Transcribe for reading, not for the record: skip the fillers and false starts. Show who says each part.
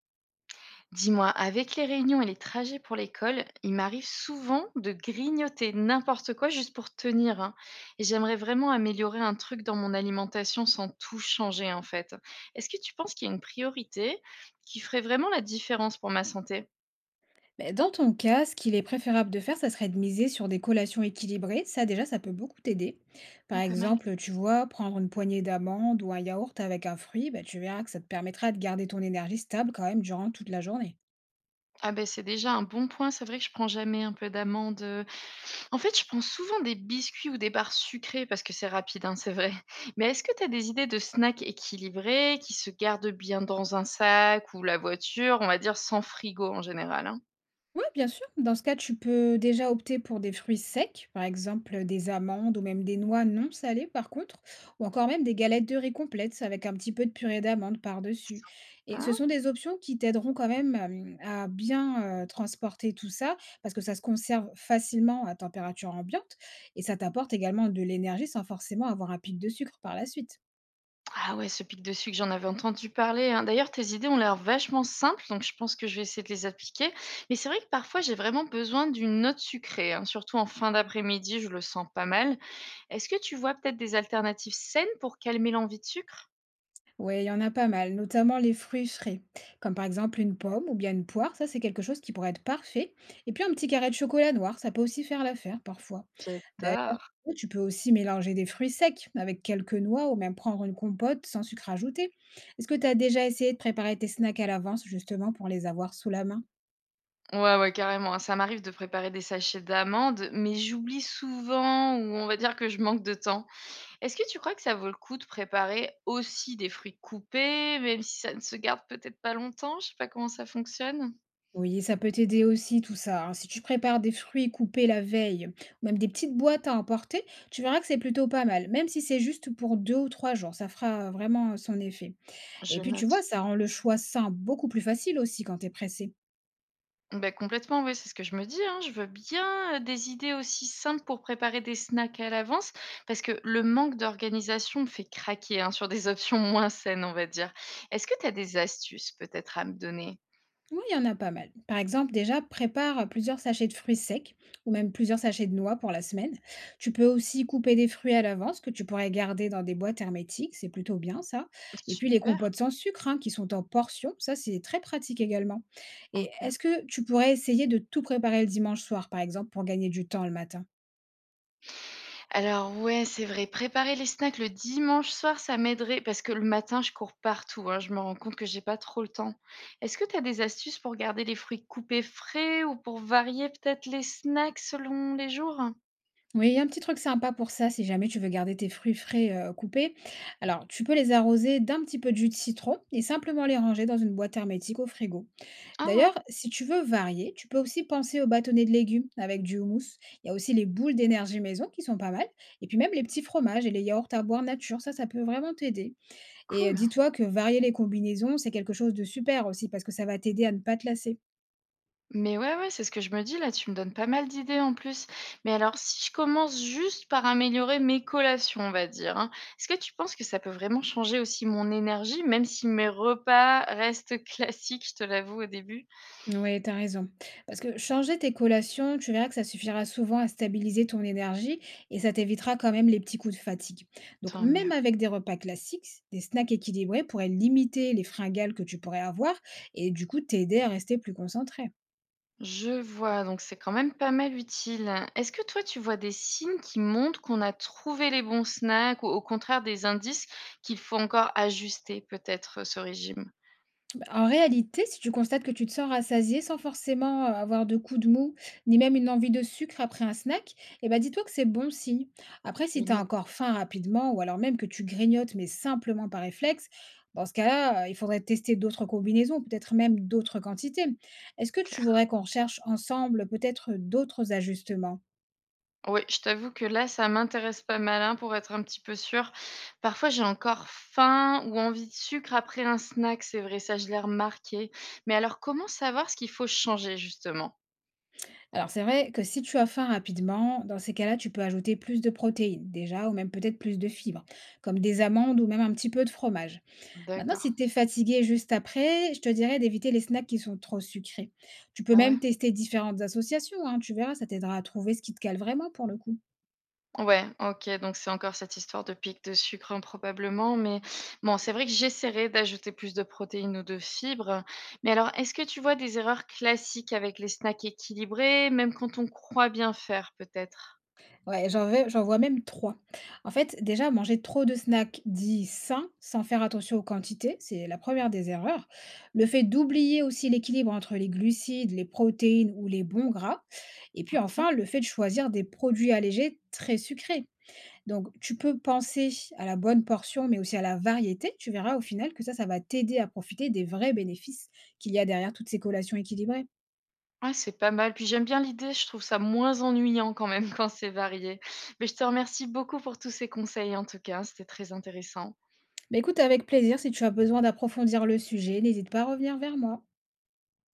Speaker 1: Dis-moi, avec les réunions et les trajets pour l'école, il m'arrive souvent de grignoter n'importe quoi juste pour tenir, hein. Et j'aimerais vraiment améliorer un truc dans mon alimentation sans tout changer en fait. Est-ce que tu penses qu'il y a une priorité qui ferait vraiment la différence pour ma santé?
Speaker 2: Mais dans ton cas, ce qu'il est préférable de faire, ça serait de miser sur des collations équilibrées. Ça, déjà, ça peut beaucoup t'aider. Par
Speaker 1: Ah, pas mal.
Speaker 2: exemple, tu vois, prendre une poignée d'amandes ou un yaourt avec un fruit, bah, tu verras que ça te permettra de garder ton énergie stable quand même durant toute la journée.
Speaker 1: Ah ben c'est déjà un bon point. C'est vrai que je prends jamais un peu d'amandes, en fait, je prends souvent des biscuits ou des barres sucrées parce que c'est rapide, hein, c'est vrai. Mais est-ce que tu as des idées de snacks équilibrés qui se gardent bien dans un sac ou la voiture, on va dire sans frigo en général, hein?
Speaker 2: Oui, bien sûr. Dans ce cas, tu peux déjà opter pour des fruits secs, par exemple des amandes ou même des noix non salées, par contre, ou encore même des galettes de riz complètes avec un petit peu de purée d'amandes par-dessus. Et
Speaker 1: Sympa.
Speaker 2: ce sont des options qui t'aideront quand même à bien transporter tout ça, parce que ça se conserve facilement à température ambiante et ça t'apporte également de l'énergie sans forcément avoir un pic de sucre par la suite.
Speaker 1: Ah ouais, ce pic de sucre, j'en avais entendu parler, hein. D'ailleurs, tes idées ont l'air vachement simples, donc je pense que je vais essayer de les appliquer. Mais c'est vrai que parfois, j'ai vraiment besoin d'une note sucrée, hein, surtout en fin d'après-midi, je le sens pas mal. Est-ce que tu vois peut-être des alternatives saines pour calmer l'envie de sucre?
Speaker 2: Ouais, il y en a pas mal, notamment les fruits frais, comme par exemple une pomme ou bien une poire, ça c'est quelque chose qui pourrait être parfait. Et puis un petit carré de chocolat noir, ça peut aussi faire l'affaire parfois. D'ailleurs,
Speaker 1: J'adore.
Speaker 2: tu peux aussi mélanger des fruits secs avec quelques noix ou même prendre une compote sans sucre ajouté. Est-ce que tu as déjà essayé de préparer tes snacks à l'avance justement pour les avoir sous la main?
Speaker 1: Ouais, ouais, carrément, hein. Ça m'arrive de préparer des sachets d'amandes, mais j'oublie souvent ou on va dire que je manque de temps. Est-ce que tu crois que ça vaut le coup de préparer aussi des fruits coupés, même si ça ne se garde peut-être pas longtemps? Je sais pas comment ça fonctionne.
Speaker 2: Oui, ça peut t'aider aussi tout ça, hein. Si tu prépares des fruits coupés la veille, ou même des petites boîtes à emporter, tu verras que c'est plutôt pas mal, même si c'est juste pour 2 ou 3 jours, ça fera vraiment son effet. Et
Speaker 1: Je
Speaker 2: puis tu
Speaker 1: note.
Speaker 2: vois, ça rend le choix sain beaucoup plus facile aussi quand t'es pressé.
Speaker 1: Ben complètement, oui, c'est ce que je me dis, hein. Je veux bien, des idées aussi simples pour préparer des snacks à l'avance, parce que le manque d'organisation me fait craquer, hein, sur des options moins saines, on va dire. Est-ce que tu as des astuces peut-être à me donner?
Speaker 2: Oui, il y en a pas mal. Par exemple, déjà, prépare plusieurs sachets de fruits secs ou même plusieurs sachets de noix pour la semaine. Tu peux aussi couper des fruits à l'avance que tu pourrais garder dans des boîtes hermétiques, c'est plutôt bien ça. Et puis les
Speaker 1: Super,
Speaker 2: compotes sans sucre hein, qui sont en portions, ça c'est très pratique également. Et
Speaker 1: OK.
Speaker 2: est-ce que tu pourrais essayer de tout préparer le dimanche soir, par exemple, pour gagner du temps le matin?
Speaker 1: Alors ouais, c'est vrai, préparer les snacks le dimanche soir, ça m'aiderait parce que le matin, je cours partout, hein, je me rends compte que j'ai pas trop le temps. Est-ce que tu as des astuces pour garder les fruits coupés frais ou pour varier peut-être les snacks selon les jours?
Speaker 2: Oui, il y a un petit truc sympa pour ça, si jamais tu veux garder tes fruits frais coupés. Alors, tu peux les arroser d'un petit peu de jus de citron et simplement les ranger dans une boîte hermétique au frigo.
Speaker 1: Ah ouais,
Speaker 2: D'ailleurs, si tu veux varier, tu peux aussi penser aux bâtonnets de légumes avec du houmous. Il y a aussi les boules d'énergie maison qui sont pas mal. Et puis même les petits fromages et les yaourts à boire nature, ça peut vraiment t'aider. Et
Speaker 1: cool.
Speaker 2: dis-toi que varier les combinaisons, c'est quelque chose de super aussi parce que ça va t'aider à ne pas te lasser.
Speaker 1: Mais ouais, ouais, c'est ce que je me dis là, tu me donnes pas mal d'idées en plus. Mais alors, si je commence juste par améliorer mes collations, on va dire, hein, est-ce que tu penses que ça peut vraiment changer aussi mon énergie, même si mes repas restent classiques, je te l'avoue au début?
Speaker 2: Ouais, t'as raison. Parce que changer tes collations, tu verras que ça suffira souvent à stabiliser ton énergie et ça t'évitera quand même les petits coups de fatigue. Donc,
Speaker 1: Tant
Speaker 2: même
Speaker 1: mieux.
Speaker 2: avec des repas classiques, des snacks équilibrés pourraient limiter les fringales que tu pourrais avoir et du coup t'aider à rester plus concentré.
Speaker 1: Je vois, donc c'est quand même pas mal utile. Est-ce que toi, tu vois des signes qui montrent qu'on a trouvé les bons snacks ou au contraire des indices qu'il faut encore ajuster peut-être ce régime?
Speaker 2: En réalité, si tu constates que tu te sens rassasié sans forcément avoir de coups de mou, ni même une envie de sucre après un snack, eh ben dis-toi que c'est bon signe. Après,
Speaker 1: Je
Speaker 2: si
Speaker 1: vais
Speaker 2: tu as
Speaker 1: note,
Speaker 2: encore faim rapidement, ou alors même que tu grignotes, mais simplement par réflexe, dans ce cas-là, il faudrait tester d'autres combinaisons, peut-être même d'autres quantités. Est-ce que tu
Speaker 1: clair.
Speaker 2: voudrais qu'on recherche ensemble peut-être d'autres ajustements?
Speaker 1: Oui, je t'avoue que là, ça m'intéresse pas malin pour être un petit peu sûre. Parfois, j'ai encore faim ou envie de sucre après un snack, c'est vrai, ça je l'ai remarqué. Mais alors, comment savoir ce qu'il faut changer justement?
Speaker 2: Alors c'est vrai que si tu as faim rapidement, dans ces cas-là, tu peux ajouter plus de protéines déjà, ou même peut-être plus de fibres, comme des amandes ou même un petit peu de fromage. Maintenant,
Speaker 1: D'accord.
Speaker 2: si tu es fatigué juste après, je te dirais d'éviter les snacks qui sont trop sucrés. Tu peux
Speaker 1: Ah ouais?
Speaker 2: même tester différentes associations, hein, tu verras, ça t'aidera à trouver ce qui te cale vraiment pour le coup.
Speaker 1: Ouais, ok, donc c'est encore cette histoire de pic de sucre, hein, probablement. Mais bon, c'est vrai que j'essaierai d'ajouter plus de protéines ou de fibres. Mais alors, est-ce que tu vois des erreurs classiques avec les snacks équilibrés, même quand on croit bien faire, peut-être?
Speaker 2: Ouais, j'en vois même trois. En fait, déjà, manger trop de snacks dits sains, sans faire attention aux quantités, c'est la première des erreurs. Le fait d'oublier aussi l'équilibre entre les glucides, les protéines ou les bons gras. Et puis
Speaker 1: Ok.
Speaker 2: enfin, le fait de choisir des produits allégés très sucrés. Donc, tu peux penser à la bonne portion, mais aussi à la variété. Tu verras au final que ça va t'aider à profiter des vrais bénéfices qu'il y a derrière toutes ces collations équilibrées.
Speaker 1: Ouais, c'est pas mal. Puis j'aime bien l'idée, je trouve ça moins ennuyant quand même quand c'est varié. Mais je te remercie beaucoup pour tous ces conseils en tout cas, c'était très intéressant.
Speaker 2: Bah écoute, avec plaisir, si tu as besoin d'approfondir le sujet, n'hésite pas à revenir vers moi.